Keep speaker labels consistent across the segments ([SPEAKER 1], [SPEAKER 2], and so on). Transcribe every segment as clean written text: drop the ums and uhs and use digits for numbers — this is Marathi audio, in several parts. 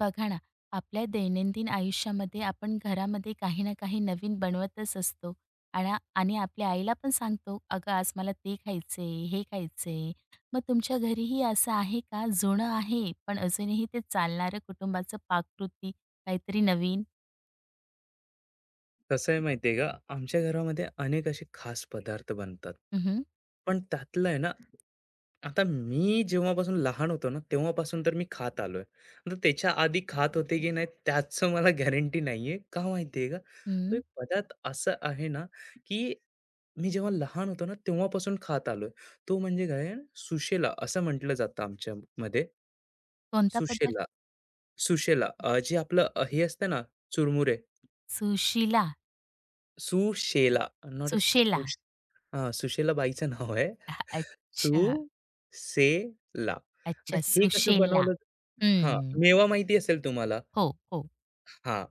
[SPEAKER 1] बघा ना, आपल्या दैनंदिन आयुष्यामध्ये आपण घरामध्ये काही ना काही नवीन बनवतच असतो आणा आणि आपल्या आईला पण सांगतो, "अगं, आज मला ते खायचे, हे खायचंय." मग तुमच्या घरीही असं आहे का, जुनं आहे, पण अजूनही ते चालणारं कुटुंबाचं पाककृती काहीतरी नवीन?
[SPEAKER 2] कसं आहे माहिती आहे का? आमच्या घरामध्ये अनेक असे खास पदार्थ बनतात.
[SPEAKER 1] हं, हं.
[SPEAKER 2] पण त्यातलं आहे ना, आता मी जेव्हापासून लहान होतो ना, तेव्हापासून तर मी खात आलोय. तर त्याच्या आधी खात होते की नाही त्याचं मला गॅरंटी नाहीये. का माहिती का? तो एक पदार्थ असा आहे ना, की मी जेव्हा लहान होतो ना, तेव्हापासून खात आलोय. तो म्हणजे काय सुशेला असं म्हटलं जातं आमच्यामध्ये.
[SPEAKER 1] कोणता पदार्थ?
[SPEAKER 2] सुशेला, सुशेला जे आपलं हे असतं ना, चुरमुरे.
[SPEAKER 1] Sushila
[SPEAKER 2] Sushela not a
[SPEAKER 1] Sushela.
[SPEAKER 2] सुश हां, सुशेला बाईचं नाव आहे.
[SPEAKER 1] अच्छा,
[SPEAKER 2] सुसेला. आता
[SPEAKER 1] अच्छा,
[SPEAKER 2] हे कसं
[SPEAKER 1] सुशेला.
[SPEAKER 2] बनवलं हां,
[SPEAKER 1] हं.
[SPEAKER 2] मेवा माहिती असेल तुम्हाला?
[SPEAKER 1] हो, हो.
[SPEAKER 2] हां,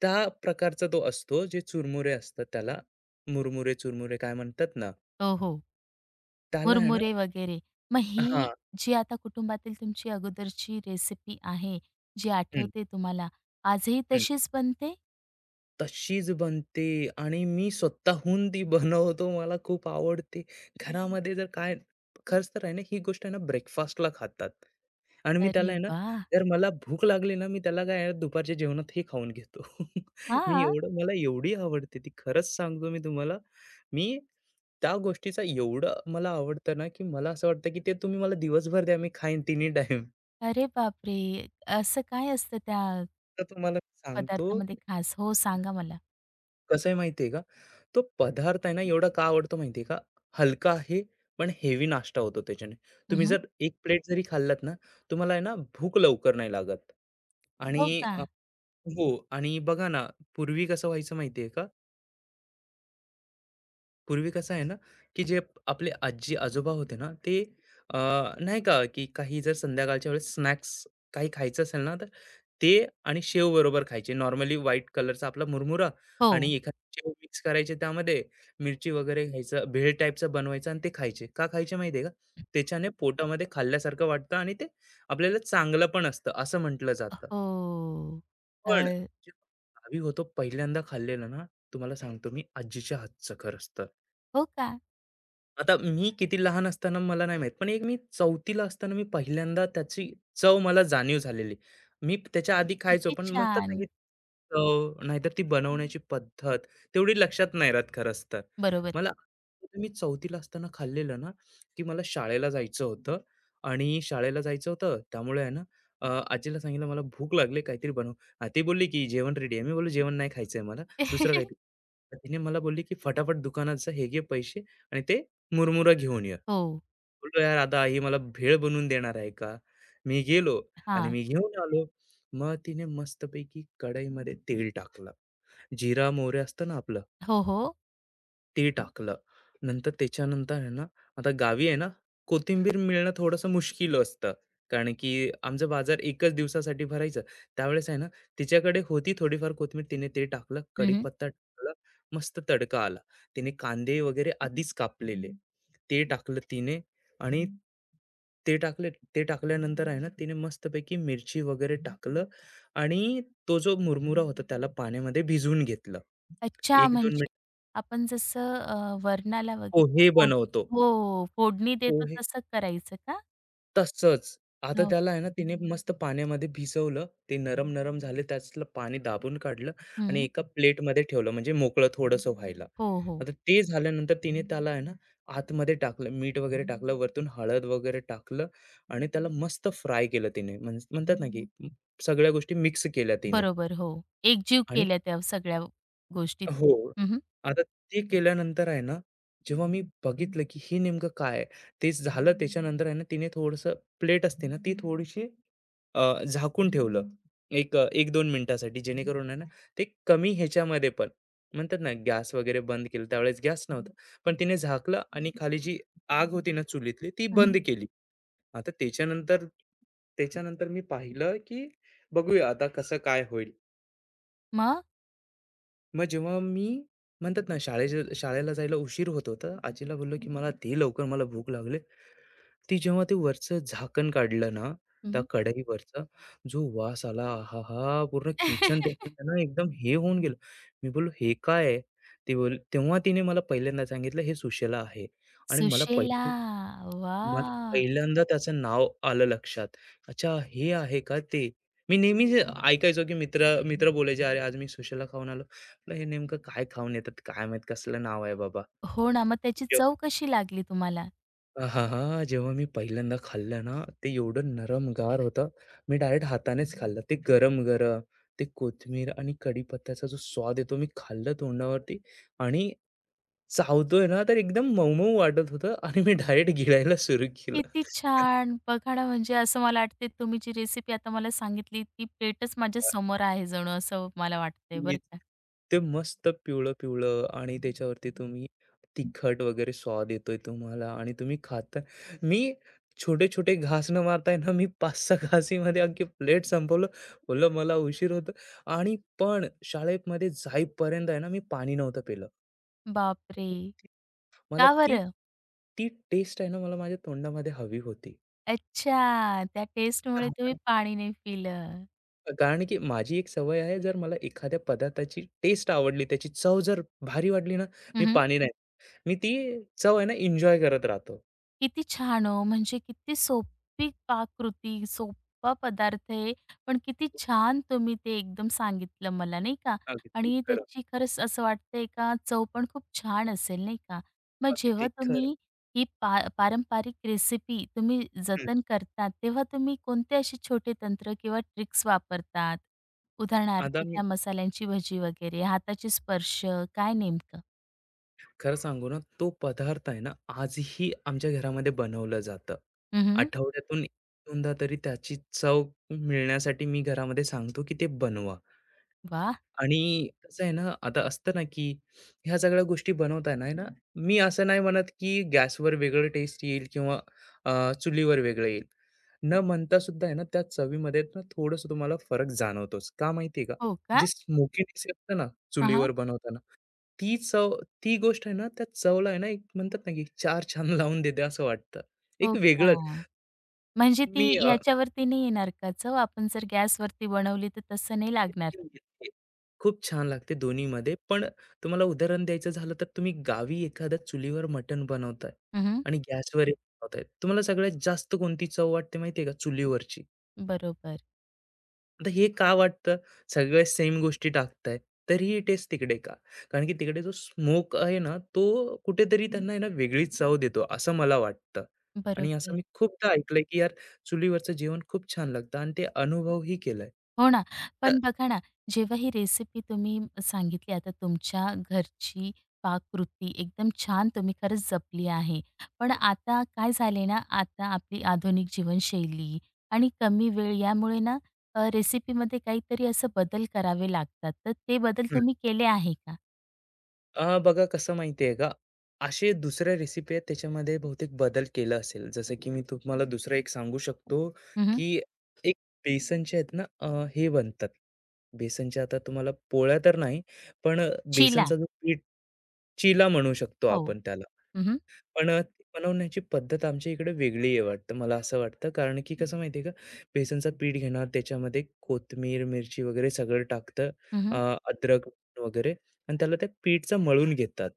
[SPEAKER 2] त्या प्रकारचा तो असतो जे चुरमुरे असतात त्याला. मुरमुरे, चुरमुरे काय म्हणतात ना,
[SPEAKER 1] हो, हो.
[SPEAKER 2] त्याला आहे ना
[SPEAKER 1] मुरमुरे वगैरे. मग ही
[SPEAKER 2] हां.
[SPEAKER 1] जी आता कुटुंबातील तुमची अगोदरची रेसिपी आहे, जी आठवते तुम्हाला, आजही तशीच बनते?
[SPEAKER 2] तशीच बनते आणि मी स्वतःहून ती बनवतो. मला खूप आवडते. घरामध्ये जर काय खरंच तर आहे ना, ही गोष्ट आहे ना ब्रेकफास्टला खातात आणि मी त्याला
[SPEAKER 1] अरे
[SPEAKER 2] आहे ना,
[SPEAKER 1] वाह!
[SPEAKER 2] जर मला भूक लागली ना, मी त्याला काय आहे ना, दुपारच्या जेवणात हे खाऊन घेतो. मी
[SPEAKER 1] हां.
[SPEAKER 2] एवढं मला एवढी आवडते ती खरंच सांगतो मी तुम्हाला. मी त्या गोष्टीचा एवढं मला आवडतं ना, की मला असं वाटतं, की ते तुम्ही मला दिवसभर द्या मी खाईन तिन्ही टाईम.
[SPEAKER 1] अरे बापरे! असं काय असतं त्या
[SPEAKER 2] तर तुम्हाला सांगतो
[SPEAKER 1] पदार्थामध्ये खास? हो, सांगा मला.
[SPEAKER 2] कसं आहे माहिती आहे का? तो पदार्थ आहे ना, एवढा का आवडतो माहिती का? हलका आहे, पण हेवी नाश्ता होतो त्याच्याने. तुम्ही
[SPEAKER 1] हं,
[SPEAKER 2] जर 1 प्लेट जरी खाल्लात ना, तुम्हाला आहे ना, भूक लवकर नाही लागत.
[SPEAKER 1] हो
[SPEAKER 2] आणि
[SPEAKER 1] का?
[SPEAKER 2] अ, हो आणि बघा ना, पूर्वी कसं व्हायचं माहिती का? पूर्वी कसं आहे ना, की जे आपले आजी-आजोबा होते ना, ते अ, नाही का, की काही जर संध्याकाळच्या वेळेस स्नॅक्स काही खायचं असेल ना, तर ते आणि शेव बरोबर खायचे. नॉर्मली व्हाईट कलरचा आपला मुरमुरा
[SPEAKER 1] हो.
[SPEAKER 2] आणि एखादी शेव मिक्स करायचे त्यामध्ये, मिरची वगैरे घ्यायचं, भेळ टाईपचं बनवायचं आणि ते खायचे. का खायचे माहिती का? त्याच्याने पोटामध्ये खाल्ल्यासारखं वाटतं आणि ते आपल्याला चांगलं पण असतं, असं म्हटलं जातं.
[SPEAKER 1] हो. अ,
[SPEAKER 2] पण जे गावी होतो पहिल्यांदा खाल्लेलं ना, तुम्हाला सांगतो मी आजीच्या हातचं खरंच तर.
[SPEAKER 1] हो का?
[SPEAKER 2] आता मी किती लहान असताना मला नाही माहीत, पण एक मी 4थी ला असताना मी पहिल्यांदा त्याची चव मला जाणीव झालेली. मी त्याच्या आधी खायचो,
[SPEAKER 1] किती
[SPEAKER 2] पण म्हणतात ना,
[SPEAKER 1] छान.
[SPEAKER 2] की चव नाहीतर ती बनवण्याची पद्धत तेवढी लक्षात नाही राहत खरंच तर.
[SPEAKER 1] बरोबर आहे.
[SPEAKER 2] मला आठवतं मी 4थी असताना खाल्लेलं ना, की मला शाळेला जायचं होतं आणि शाळेला जायचं होतं त्यामुळे आहे ना, अ, आजीला सांगितलं, "मला भूक लागली, काहीतरी बनव." ती बोलली, की "जेवण रेडी आहे." मी बोललो, "जेवण नाही खायचंय मला, दुसरं काहीतरी." तर तिने मला बोलली, की "फटाफट दुकानात जा, हे घे पैसे आणि ते मुरमुरा घेऊन ये.
[SPEAKER 1] हो.
[SPEAKER 2] बोललो, "यार आता आई मला भेळ बनवून देणार आहे का?" मी गेलो आणि
[SPEAKER 1] हां.
[SPEAKER 2] मी घेऊन आलो. मग तिने मस्तपैकी कढईमध्ये तेल टाकलं. जिरा, मोहरी असतं ना आपलं
[SPEAKER 1] हो, हो.
[SPEAKER 2] ते टाकलं. नंतर त्याच्यानंतर आहे ना, आता गावी आहे ना, कोथिंबीर मिळणं थोडंसं मुश्किल असतं. कारण की आमचा बाजार एकच दिवसासाठी भरायचा. त्यावेळेस आहे ना, तिच्याकडे होती थोडीफार कोथिंबीर. तिने ते टाकलं,
[SPEAKER 1] हं,
[SPEAKER 2] कढीपत्ता टाकला, मस्त तडका आला. तिने कांदे वगैरे आधीच कापलेले, ते टाकलं तिने आणि ते टाकल्यानंतर आहे ना, तिने मस्तपैकी मिरची वगैरे टाकलं आणि तो जो मुरमुरा होता त्याला पाण्यामध्ये भिजवून घेतलं.
[SPEAKER 1] अच्छा,
[SPEAKER 2] 1-2
[SPEAKER 1] म्हणजे
[SPEAKER 2] मिनिट
[SPEAKER 1] आपण जसं वरणाला वगैरे
[SPEAKER 2] पोहे
[SPEAKER 1] फोडणी
[SPEAKER 2] बनवतो.
[SPEAKER 1] हो, फोडणी देतो
[SPEAKER 2] पोहे
[SPEAKER 1] तसं करायचं का?
[SPEAKER 2] तसंच. आता
[SPEAKER 1] हो.
[SPEAKER 2] त्याला आहे ना, तिने मस्त पाण्यामध्ये भिजवलं. ते नरम-नरम झाले, त्यातलं पाणी दाबून काढलं आणि
[SPEAKER 1] हं.
[SPEAKER 2] एका प्लेटमध्ये ठेवलं, म्हणजे मोकळं थोडंसं व्हायला.
[SPEAKER 1] हो, हो.
[SPEAKER 2] आता ते झाल्यानंतर तिने त्याला आहे ना, आतमध्ये टाकलं, मीठ वगैरे टाकलं, वरतून हळद वगैरे टाकलं आणि त्याला मस्त फ्राय केलं तिने. म्हणतात ना, की सगळ्या गोष्टी मिक्स केल्या तिने
[SPEAKER 1] बरोबर, हो. एकजीव
[SPEAKER 2] आणि
[SPEAKER 1] केल्या त्या सगळ्या गोष्टीत.
[SPEAKER 2] हो.
[SPEAKER 1] हं, हं.
[SPEAKER 2] आता ते केल्यानंतर आहे ना, जेव्हा मी बघितलं, की हे नेमकं काय आहे? ते झालं त्याच्यानंतर आहे ना, तिने थोडंसं प्लेट असते ना, ती थोडीशी झाकून ठेवलं. एक 1-2 मिनिटासाठी जेणेकरून आहे ना, ते कमी ह्याच्यामध्ये पण म्हणतात ना, गॅस वगैरे बंद केलं. त्यावेळेस गॅस नव्हता. पण तिने झाकलं आणि खाली जी आग होती ना चुलीतली, ती बंद
[SPEAKER 1] हं,
[SPEAKER 2] केली. आता त्याच्यानंतर त्याच्यानंतर मी पाहिलं, की बघूया आता कसं काय होईल?
[SPEAKER 1] मग?
[SPEAKER 2] मग जेव्हा मी म्हणतात ना शाळेला जायला उशीर होत होता, आजीला बोललो, की "मला दे लवकर मला भूक लागले ती जेव्हा ते वरचं झाकण काढलं ना, त्या
[SPEAKER 1] हं.
[SPEAKER 2] कढईवरचा जो वास आला, आहाहा! पूर्ण किचन त्याचं ना एकदम हे होऊन गेलं. मी बोललो, "हे काय आहे?" ते बोल तेव्हा तिने मला पहिल्यांदा सांगितलं, "हे सुशेला आहे." आणि
[SPEAKER 1] सुशेला. वा,
[SPEAKER 2] मला पहिल्यांदा त्याचं नाव आलं लक्षात. अच्छा, हे आहे का ते? मी नेहमीच ऐकायचो, की मित्र मित्र बोलायचे, "अरे, आज मी सुशेला खाऊन आलो." म्हटलं, "हे नेमकं काय खाऊन येतात? काय माहीत कसलं नाव आहे बाबा?"
[SPEAKER 1] हो ना, मग त्याची चव कशी लागली तुम्हाला?
[SPEAKER 2] आहाहा! जेव्हा मी पहिल्यांदा खाल्लं ना, ते एवढं नरमगार होतं. मी डायरेक्ट हातानेच खाल्लं. ते गरम-गरम, ते कोथिंबीर आणि कढीपत्त्याचा जो स्वाद येतो, मी खाल्लं तोंडावरती आणि चावतोय ना, तर एकदम मऊ-मऊ वाटत होतं आणि मी डायरेक्ट गिळायला सुरू केलं.
[SPEAKER 1] किती छान! बघा ना, म्हणजे असं मला वाटते तुम्ही जी रेसिपी आता मला सांगितली ती प्लेटच माझ्या समोर आहे जणू असं मला वाटतंय बरं
[SPEAKER 2] मीठ.
[SPEAKER 1] का.
[SPEAKER 2] ते मस्त पिवळं-पिवळं आणि त्याच्यावरती तुम्ही तिखट वगैरे स्वाद येतोय तुम्हाला आणि तुम्ही खाता मी छोटे-छोटे घास न मारताय ना, मी 5-6 घासीमध्ये अख्खी प्लेट संपवलं. बोललो मला उशीर होतो आणि पण शाळेमध्ये जाईपर्यंत आहे ना, मी पाणी नव्हतं पिलं.
[SPEAKER 1] बापरे!
[SPEAKER 2] मला
[SPEAKER 1] का
[SPEAKER 2] ती
[SPEAKER 1] बरं?
[SPEAKER 2] ती टेस्ट आहे ना, मला माझ्या तोंडामध्ये हवी होती.
[SPEAKER 1] अच्छा, त्या टेस्टमुळे तुम्ही पाणी नाही पिलं.
[SPEAKER 2] कारण की माझी एक सवय आहे, जर मला एखाद्या पदार्थाची टेस्ट आवडली, त्याची चव जर भारी वाटली ना, मी
[SPEAKER 1] हं,
[SPEAKER 2] पाणी नाही मी ती चव आहे ना एन्जॉय करत राहतो.
[SPEAKER 1] किती छान हो! म्हणजे किती सोपी पाककृती, सोपा पदार्थ आहे, पण किती छान तुम्ही ते एकदम सांगितलं मला, नाही का?
[SPEAKER 2] अगदी
[SPEAKER 1] आणि
[SPEAKER 2] खरं,
[SPEAKER 1] त्याची खरंच असं वाटतंय का चव पण खूप छान असेल, नाही का? मग
[SPEAKER 2] अगदी
[SPEAKER 1] जेव्हा
[SPEAKER 2] खरं.
[SPEAKER 1] तुम्ही ही पारंपरिक रेसिपी तुम्ही
[SPEAKER 2] हं.
[SPEAKER 1] जतन करतात, तेव्हा तुम्ही कोणते असे छोटे तंत्र किंवा ट्रिक्स वापरतात?
[SPEAKER 2] आता
[SPEAKER 1] उदाहरणार्थ
[SPEAKER 2] मी
[SPEAKER 1] त्या मसाल्यांची भजी वगैरे, हाताचे स्पर्श, काय नेमकं?
[SPEAKER 2] खरं सांगू ना, तो पदार्थ आहे ना, आजही आमच्या घरामध्ये बनवलं जातं.
[SPEAKER 1] हं, हं.
[SPEAKER 2] आठवड्यातून 1 तरी त्याची चव मिळण्यासाठी मी घरामध्ये सांगतो, की ते बनवा. आणि कसं आहे ना, आता असतं ना, की ह्या सगळ्या गोष्टी बनवताना आहे ना, मी असं नाही म्हणत, की गॅसवर वेगळं टेस्ट येईल किंवा चुलीवर वेगळं येईल. न म्हणता सुद्धा आहे ना, त्या चवीमध्ये ना थोडंसं तुम्हाला फरक जाणवतोच. का माहिती आहे का?
[SPEAKER 1] हो का?
[SPEAKER 2] जी स्मोकीनेस असते ना,
[SPEAKER 1] हां,
[SPEAKER 2] चुलीवर बनवताना, ती चव ती गोष्ट आहे ना, त्या चवला आहे ना, एक म्हणतात ना, की 4 छान लावून देते असं वाटतं. एक
[SPEAKER 1] हो
[SPEAKER 2] वेगळंच.
[SPEAKER 1] का? म्हणजे ती
[SPEAKER 2] मी अ
[SPEAKER 1] याच्यावरती नाही येणार का चव? आपण जर गॅसवरती बनवली तर तसं नाही लागणार.
[SPEAKER 2] घेतली. खूप छान लागते दोन्हीमध्ये. पण तुम्हाला उदाहरण द्यायचं झालं तर तुम्ही गावी एखाद्या चुलीवर मटण बनवताय
[SPEAKER 1] हं,
[SPEAKER 2] आणि गॅसवर बनवताय. तुम्हाला सगळ्यात जास्त कोणती चव वाटते माहिती आहे का? चुलीवरची.
[SPEAKER 1] बरोबर,
[SPEAKER 2] आता हे का वाटतं? सगळ्या सेम गोष्टी टाकताय, तरीही टेस्ट तिकडे का? कारण की तिकडे जो स्मोक आहे ना, तो कुठेतरी त्यांना आहे ना वेगळीच चव देतो असं मला वाटतं. आणि असं
[SPEAKER 1] बरोबर.
[SPEAKER 2] मी खूपदा ऐकलंय, की यार चुलीवरचं जेवण खूप छान लागतं आणि ते अनुभवही केलाय.
[SPEAKER 1] हो ना.
[SPEAKER 2] तर
[SPEAKER 1] पण बघा ना, जेव्हा ही रेसिपी तुम्ही सांगितली आता तुमच्या घरची पाककृती एकदम छान तुम्ही खरंच जपली आहे. पण आता काय झाले ना, आता आपली आधुनिक जीवनशैली आणि कमी वेळ यामुळे ना रेसिपीमध्ये काहीतरी असं बदल करावे लागतात. तर ते बदल तुम्ही केले आहे का?
[SPEAKER 2] बघा कसं माहिती आहे का, असे दुसऱ्या रेसिपी आहेत त्याच्यामध्ये बहुतेक बदल केला असेल. जसं की मी तुम्हाला दुसरं एक सांगू शकतो,
[SPEAKER 1] हं, हं.
[SPEAKER 2] की एक बेसनचे आहेत ना अ, हे बनतात. बेसनच्या आता तुम्हाला पोळ्या तर नाही, पण बेसनचा जो पीठ चीला म्हणू शकतो
[SPEAKER 1] हो.
[SPEAKER 2] आपण त्याला.
[SPEAKER 1] हं, हं.
[SPEAKER 2] पण ती बनवण्याची पद्धत आमच्या इकडे वेगळी आहे वाटतं, मला असं वाटतं. कारण की कसं माहिती आहे का, बेसनचं पीठ घेणार, त्याच्यामध्ये कोथिंबीर, मिरची वगैरे सगळं टाकतं, अ, अद्रक वगैरे आणि त्याला ते पीठचं मळून घेतात.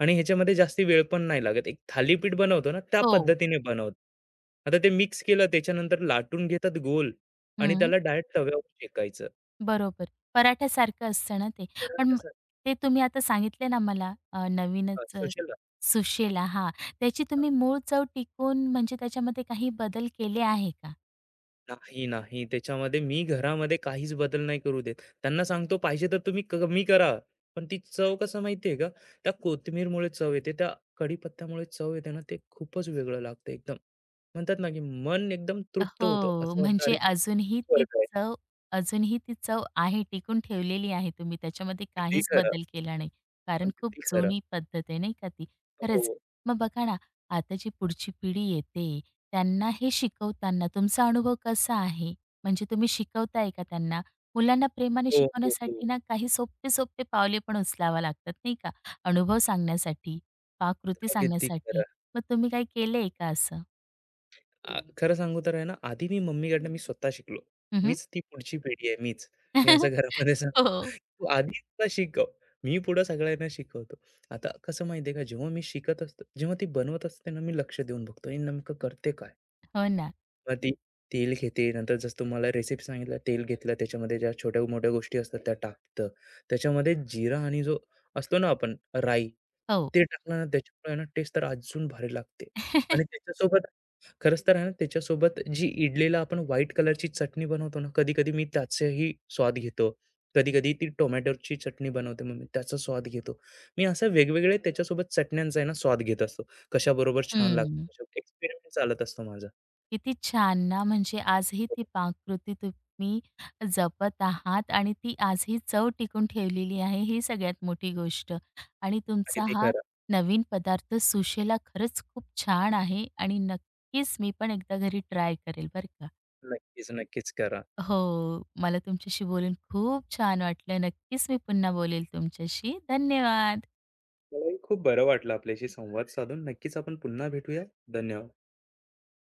[SPEAKER 2] आणि ह्याच्यामध्ये जास्ती वेळ पण नाही लागत. एक थालीपीठ बनवतो ना, त्या
[SPEAKER 1] हो.
[SPEAKER 2] पद्धतीने बनवतो. आता ते मिक्स केलं, त्याच्यानंतर लाटून घेतात गोल आणि
[SPEAKER 1] हं,
[SPEAKER 2] त्याला डायरेक्ट तव्यावर शेकायचं.
[SPEAKER 1] बरोबर. पराठ्यासारखं असतं ना ते.
[SPEAKER 2] तर
[SPEAKER 1] पण म-
[SPEAKER 2] कसं
[SPEAKER 1] ते तुम्ही आता सांगितले ना मला
[SPEAKER 2] हां,
[SPEAKER 1] नवीनच
[SPEAKER 2] सुशील
[SPEAKER 1] सुशेला हां. त्याची तुम्ही मूळ चव टिकून म्हणजे त्याच्यामध्ये काही बदल केले आहे का?
[SPEAKER 2] नाही, नाही. त्याच्यामध्ये मी घरामध्ये काहीच बदल नाही करू देत. त्यांना सांगतो पाहिजे तर तुम्ही कमी करा. पण ती चव कसं माहिती का? त्या कोथिंबीरमुळे चव येते, त्या कढीपत्त्यामुळे चव येते ना, ते खूपच वेगळं लागतं एकदम. म्हणतात ना, की मन एकदम तृप्त होतं.
[SPEAKER 1] हो,
[SPEAKER 2] असं वाटतं
[SPEAKER 1] म्हणजे
[SPEAKER 2] अरे स्वर्ग आहे.
[SPEAKER 1] चव अजूनही ती चव आहे, टिकून ठेवलेली आहे तुम्ही. त्याच्यामध्ये
[SPEAKER 2] अगदी
[SPEAKER 1] काहीच
[SPEAKER 2] खरं,
[SPEAKER 1] बदल केला नाही. कारण खूप
[SPEAKER 2] अगदी खरं.
[SPEAKER 1] जुनी पद्धत आहे नाही का ती. खरंच.
[SPEAKER 2] हो,
[SPEAKER 1] मग बघा ना, आता जी पुढची पिढी येते, त्यांना हे शिकवताना तुमचा अनुभव कसा आहे? म्हणजे तुम्ही शिकवताय का त्यांना? मुलांना प्रेमाने
[SPEAKER 2] हो.
[SPEAKER 1] शिकवण्यासाठी ना काही सोपे-सोपे पावले पण उचलावा लागतात नाही का, अनुभव सांगण्यासाठी, पाककृती
[SPEAKER 2] अगदी
[SPEAKER 1] सांगण्यासाठी.
[SPEAKER 2] खरं.
[SPEAKER 1] मग तुम्ही काही केलंय का असं?
[SPEAKER 2] खरं सांगू तर आहे ना, आधी मी मम्मीकडनं मी स्वतः शिकलो.
[SPEAKER 1] हं,
[SPEAKER 2] मीच ती पुढची पिढी आहे मीच. मी असं घरामध्ये सांगतो,
[SPEAKER 1] हो.
[SPEAKER 2] "तू आधी मला शिकव." मी पुढं सगळ्यांना शिकवतो. आता कसं माहिती आहे का, जेव्हा मी शिकत असतो, जेव्हा ती बनवत असते ना, मी लक्ष देऊन बघतो, "हे नेमकं करते काय?"
[SPEAKER 1] हो ना.
[SPEAKER 2] मग ती तेल घेते, नंतर जसं तुम्हाला रेसिपी सांगितलं, तेल घेतलं, त्याच्यामध्ये ज्या छोट्या-मोठ्या गोष्टी असतात त्या टाकतं. त्याच्यामध्ये जिरा आणि जो असतो ना आपण राई,
[SPEAKER 1] हो.
[SPEAKER 2] ते टाकलं ना त्याच्यामुळे आहे ना टेस्ट तर अजून भारी लागते. आणि त्याच्यासोबत खरंच तर आहे ना त्याच्यासोबत जी इडलीला आपण व्हाईट कलरची चटणी बनवतो ना, कधी-कधी मी त्याचाही स्वाद घेतो. कधी-कधी ती टोमॅटोची चटणी बनवते मग मी त्याचा स्वाद घेतो. मी असं वेगवेगळे त्याच्यासोबत चटण्यांचा आहे ना स्वाद घेत असतो. कशाबरोबर छान लागतं,
[SPEAKER 1] हं.
[SPEAKER 2] कशा एक्सपेरिमेंट चालत असतो माझा.
[SPEAKER 1] किती छान ना, म्हणजे आजही ती पाककृती तुम्ही जपत आहात आणि ती आजही चव टिकून ठेवलेली आहे, ही सगळ्यात मोठी गोष्ट. आणि तुमचा
[SPEAKER 2] अगदी
[SPEAKER 1] हा
[SPEAKER 2] खरं.
[SPEAKER 1] नवीन पदार्थ सुशेला खरंच खूप छान आहे आणि नक्कीच मी पण एकदा घरी ट्राय करेल बरं का.
[SPEAKER 2] नक्कीच, नक्कीच करा.
[SPEAKER 1] हो. मला तुमच्याशी बोलून खूप छान वाटलं. नक्कीच मी पुन्हा बोलेल तुमच्याशी. धन्यवाद.
[SPEAKER 2] मलाही खूप बरं वाटलं आपल्याशी संवाद साधून. नक्कीच आपण पुन्हा भेटूया. धन्यवाद.